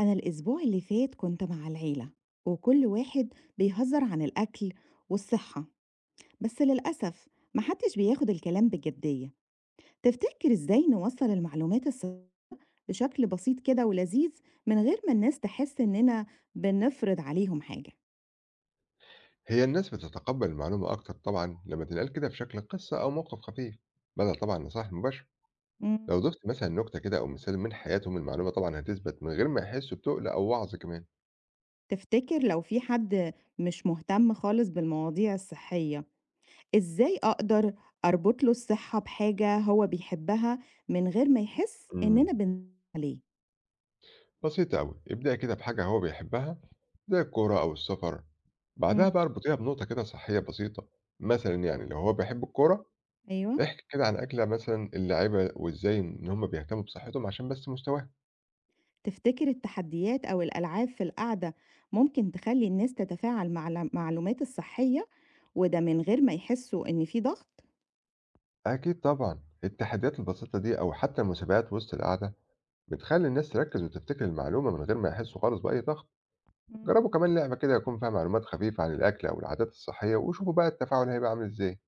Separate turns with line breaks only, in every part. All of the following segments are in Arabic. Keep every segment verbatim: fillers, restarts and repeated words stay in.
أنا الأسبوع اللي فات كنت مع العيلة، وكل واحد بيهزر عن الأكل والصحة. بس للأسف محدش بياخد الكلام بجدية. تفتكر إزاي نوصل المعلومات الصحية بشكل بسيط كده ولذيذ من غير ما الناس تحس إننا بنفرض عليهم حاجة؟
هي الناس بتتقبل المعلومة أكتر طبعًا لما تنقال كده في شكل قصة أو موقف خفيف، بدل طبعًا نصائح مباشرة،
مم.
لو ضفت مثلًا نكتة كده أو مثال من حياتهم المعلومة طبعًا هتثبت من غير ما يحسوا بتقل أو وعظ كمان.
تفتكر لو في حد مش مهتم خالص بالمواضيع الصحية، إزاي أقدر أربط له الصحة بحاجة هو بيحبها من غير ما يحس
امم.
إننا بن عليه؟
بسيطة أوي، ابدأي كده بحاجة هو بيحبها زي الكورة أو السفر، بعدها
مم.
بقى اربطيها بنقطة كده صحية بسيطة، مثلًا يعني لو هو بيحب الكورة
أيوه.
احكي كده عن أكلة مثلًا اللعيبة وإزاي إن هم بيهتموا بصحتهم عشان بس مستواهم.
تفتكر التحديات أو الألعاب في القعدة ممكن تخلي الناس تتفاعل مع المعلومات الصحية، وده من غير ما يحسوا إن في ضغط؟
أكيد طبعًا، التحديات البسيطة دي أو حتى المسابقات وسط القعدة بتخلي الناس تركز وتفتكر المعلومة من غير ما يحسوا خالص بأي ضغط. جربوا
مم.
كمان لعبة كده يكون فيها معلومات خفيفة عن الأكل أو العادات الصحية وشوفوا بقى التفاعل هيبقى عامل إزاي.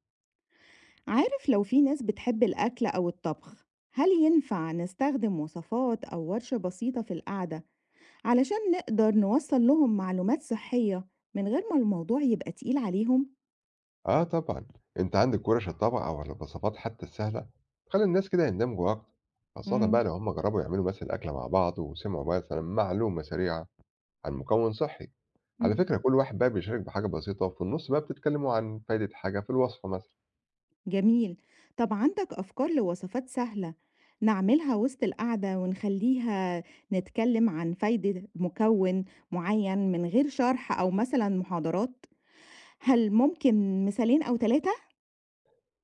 عارف، لو في ناس بتحب الأكل أو الطبخ، هل ينفع نستخدم وصفات أو ورشة بسيطة في القعدة علشان نقدر نوصل لهم معلومات صحية من غير ما الموضوع يبقى تقيل عليهم؟
آه طبعا، أنت عندك ورش الطبخ أو الوصفات حتى السهلة تخلي الناس كده يندمجوا أكتر، خاصة
مم.
بقى لو هم جربوا يعملوا مثلا أكلة مع بعض وسمعوا بقى مثلا معلومة سريعة عن مكون صحي. على
مم.
فكرة كل واحد بقى بيشارك بحاجة بسيطة وفي النص بقى بتتكلموا عن فايدة حاجة في الوصفة مثلا.
جميل. طب عندك أفكار لوصفات سهلة نعملها وسط القعدة ونخليها نتكلم عن فايدة مكون معين من غير شرح أو مثلا محاضرات؟ هل ممكن مثالين أو ثلاثة؟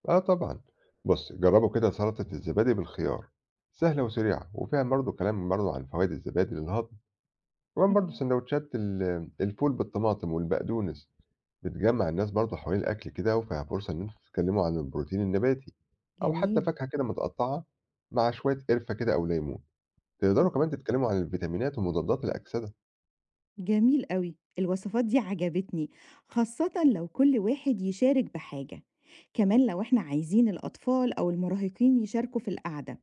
آه طبعًا، بُصّي جرّبوا كده سلطة الزبادي بالخيار، سهلة وسريعة وفيها برضه كلام برضه عن فوايد الزبادي للهضم، كمان برضه
مم.
سندوتشات ال الفول بالطماطم والبقدونس بتجمّع الناس برضه حوالين الأكل كده، وفيها فرصة إن أنتم تتكلموا عن البروتين النباتي، أو حتى
جميل.
فاكهة كده متقطعة مع شوية قرفة كده أو ليمون، تقدروا كمان تتكلموا عن الفيتامينات ومضادات الأكسدة.
جميل قوي الوصفات دي عجبتني، خاصة لو كل واحد يشارك بحاجة. كمان لو احنا عايزين الأطفال أو المراهقين يشاركوا في القعدة،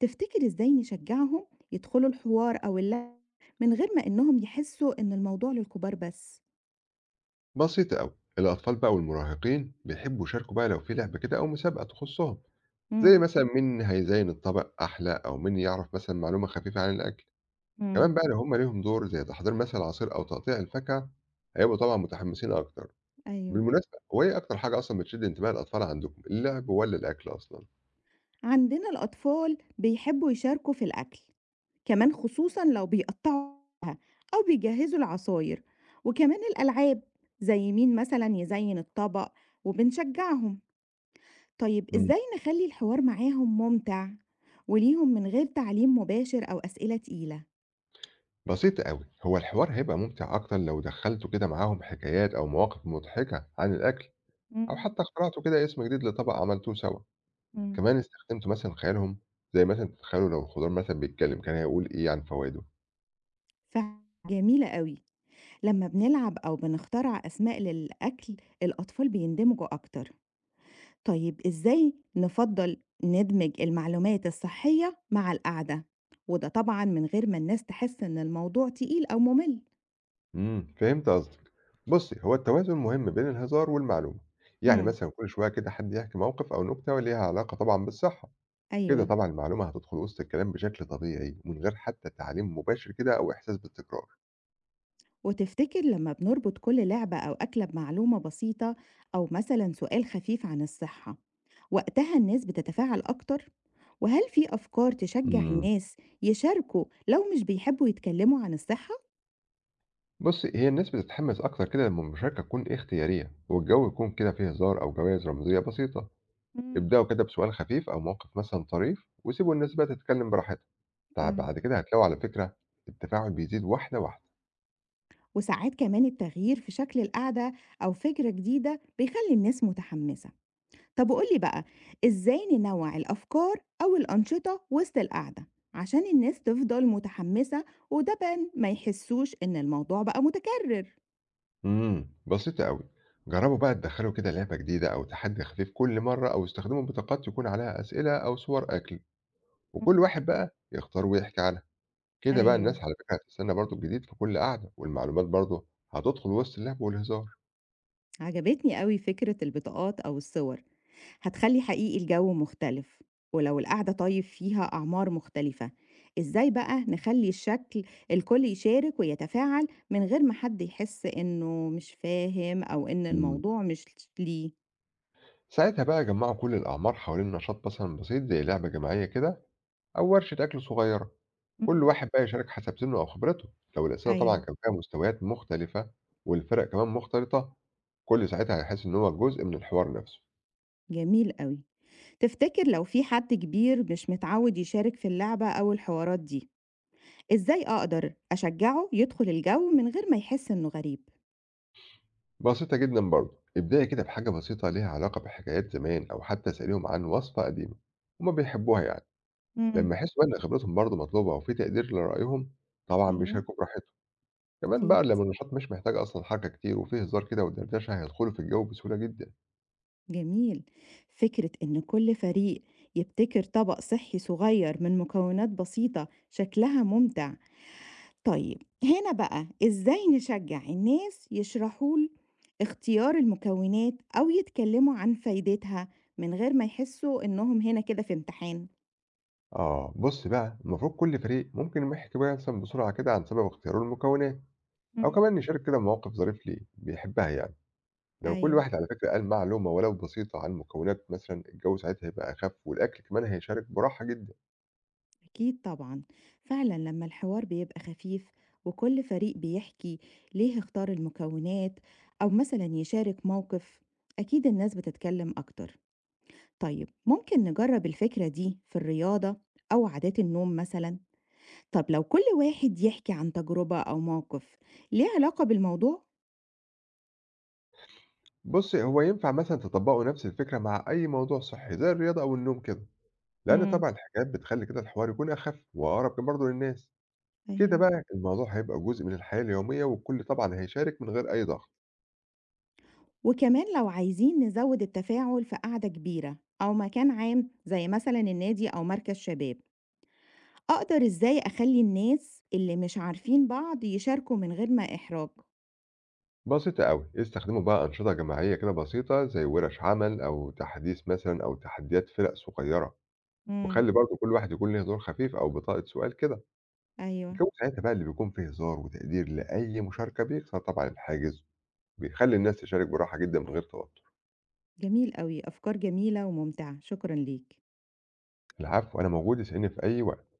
تفتكر إزاي نشجعهم يدخلوا الحوار أو اللعب من غير ما إنهم يحسوا إن الموضوع للكبار بس؟
بسيطة أوي، الأطفال بقى والمراهقين بيحبوا يشاركوا بقى لو في لعبة كده أو مسابقة تخصّهم. زي
امم.
مثلًا مين هيزيّن الطبق أحلى، أو مين يعرف مثلًا معلومة خفيفة عن الأكل، كمان
امم.
بقى لو هُم ليهم دور زي تحضير مثلًا عصير أو تقطيع الفاكهة، هيبقوا طبعًا متحمسين أكتر.
أيوه.
بالمناسبة هو إيه أكتر حاجة أصلًا بتشد انتباه الأطفال عندكم، اللعب والّا الأكل أصلًا؟
عندنا الأطفال بيحبوا يشاركوا في الأكل، كمان خصوصا لو بيقطعوا أو بيجهزوا العصاير. وكمان الألعاب زي مين مثلا يزين الطبق، وبنشجعهم. طيب
إمم.
إزاي نخلي الحوار معاهم ممتع وليهم من غير تعليم مباشر أو أسئلة تقيلة؟
بسيطة أوي، هو الحوار هيبقى ممتع أكتر لو دخّلتوا كده معاهم حكايات أو مواقف مضحكة عن الأكل، أو حتى اخترعتوا كده اسم جديد لطبق عملتوه سوا.
امم.
كمان استخدمتوا مثلًا خيالهم، زي مثلًا تتخيلوا لو الخضار مثلًا بيتكلم كان هيقول إيه عن فوايده.
فجميلة قوي لما بنلعب أو بنخترع أسماء للأكل الأطفال بيندمجوا أكتر. طيب إزاي نفضل ندمج المعلومات الصحية مع القعدة، وده طبعا من غير ما الناس تحس إن الموضوع تقيل أو ممل؟
إمم، فهمت قصدك. بُصّي، هو التوازن مهم بين الهزار والمعلومة، يعني
مم.
مثلًا كل شوية كده حد يحكي موقف أو نكتة ليها علاقة طبعًا بالصحة، كده
أيوة.
طبعًا المعلومة هتدخل وسط الكلام بشكل طبيعي ومن غير حتى تعليم مباشر كده أو إحساس بالتكرار.
وتفتكر لما بنربط كل لعبة أو أكلة بمعلومة بسيطة أو مثلا سؤال خفيف عن الصحة، وقتها الناس بتتفاعل أكتر؟ وهل في أفكار تشجع
إمم.
الناس يشاركوا لو مش بيحبوا يتكلموا عن الصحة؟
بُصّي، هي الناس بتتحمس أكتر كده لمّا المشاركة تكون اختيارية والجو يكون كده فيه هزار أو جوايز رمزية بسيطة.
مم.
ابدأوا كده بسؤال خفيف أو موقف مثلًا طريف وسيبوا الناس بقى تتكلم براحتها. ت
آه.
بعد كده هتلاقوا على فكرة التفاعل بيزيد واحدة، واحدة.
وساعات كمان التغيير في شكل القعدة أو فكرة جديدة بيخلي الناس متحمسة. طب قولي بقى، إزاي ننوع الأفكار أو الأنشطة وسط القعدة عشان الناس تفضل متحمسة وده بان ما يحسوش إن الموضوع بقى متكرر؟
امم بسيطة أوي، جربوا بقى تدخلوا كده لعبة جديدة أو تحدي خفيف كل مرة أو استخدموا بطاقات يكون عليها أسئلة أو صور أكل، وكل
مم.
واحد بقى يختار ويحكي عنها، كده بقى
ايوه.
الناس على فكرة هتستنى برضه الجديد في كل قعدة والمعلومات برضه هتدخل وسط اللعب والهزار.
عجبتني قوي فكرة البطاقات أو الصور، هتخلّي حقيقي الجو مختلف. ولو القعدة طيب فيها أعمار مختلفة، إزاي بقى نخلّي الشكل الكل يشارك ويتفاعل من غير ما حد يحس إنه مش فاهم أو إن
مم.
الموضوع مش ليه؟
ساعتها بقى جمعوا كل الأعمار حوالين نشاط مثلا بسيط زي لعبة جماعية كده أو ورشة أكل صغيرة، كل
إمم.
واحد بقى يشارك حسب سنه أو خبرته، لو الأسئلة طبعًا
أيوه.
كان فيها مستويات مختلفة والفرق كمان مختلطة، كل ساعتها هيحس إن هو جزء من الحوار نفسه.
جميل أوي. تفتكر لو في حد كبير مش متعود يشارك في اللعبة أو الحوارات دي، إزاي أقدر أشجعه يدخل الجو من غير ما يحس إنه غريب؟
بسيطة جدًا برضه، ابدأي كده بحاجة بسيطة ليها علاقة بحكايات زمان أو حتى اسأليهم عن وصفة قديمة هما بيحبوها يعني،
إمم.
لما يحسوا بقى إن خبرتهم برضه مطلوبة وفي تقدير لرأيهم طبعًا
أيوه.
بيشاركوا براحتهم، كمان بقى
أكيد.
لما النشاط مش محتاج أصلًا حركة كتير وفيه هزار كده ودردشة هيدخلوا في الجو بسهولة جدًا.
جميل. فكرة إن كل فريق يبتكر طبق صحي صغير من مكونات بسيطة شكلها ممتع. طيب هنا بقى إزاي نشجع الناس يشرحوا ل- اختيار المكونات أو يتكلموا عن فايدتها من غير ما يحسوا إنهم هنا كده في امتحان؟
آه، بُص بقى، المفروض كل فريق ممكن يحكي بقى مثلًا بسرعة كده عن سبب اختياره للمكونات، أو
مم.
كمان نشارك كده بموقف ظريف ليه بيحبها يعني، لو كل
أيوه.
واحد على فكرة قال معلومة ولو بسيطة عن المكونات مثلًا، الجو ساعتها هيبقى أخف والأكل كمان هيشارك براحة جدًا.
أكيد طبعا. فعلا لما الحوار بيبقى خفيف وكل فريق بيحكي ليه اختار المكونات أو مثلا يشارك موقف، أكيد الناس بتتكلم أكتر. طيب ممكن نجرب الفكرة دي في الرياضة أو عادات النوم مثلا. طب لو كل واحد يحكي عن تجربة أو موقف ليه علاقة بالموضوع.
بُص، هو ينفع مثلًا تطبّقوا نفس الفكرة مع أي موضوع صحّي زي الرياضة أو النوم كده، لأن
امم.
طبعًا الحكايات بتخلّي كده الحوار يكون أخف وأقرب كمان برضه للناس، كده
ايوه.
بقى الموضوع هيبقى جزء من الحياة اليومية والكل طبعًا هيشارك من غير أي ضغط.
وكمان لو عايزين نزود التفاعل في قعدة كبيرة أو مكان عام زي مثلا النادي أو مركز شباب، أقدر إزاي أخلّي الناس اللي مش عارفين بعض يشاركوا من غير ما إحراج؟
بسيطة أوي، استخدموا بقى أنشطة جماعية كده بسيطة زي ورش عمل أو تحديث مثلًا أو تحديات فرق صغيرة،
إمم.
وخلّي برضه كل واحد يكون ليه دور خفيف أو بطاقة سؤال كده،
أيوه.
الجو ساعتها بقى اللي بيكون فيه هزار وتقدير لأي مشاركة بيكسر طبعًا الحاجز، وبيخلّي الناس تشارك براحة جدًا من غير توتر.
جميل أوي، أفكار جميلة وممتعة، شكرًا ليك.
العفو أنا موجود اسألني في أي وقت.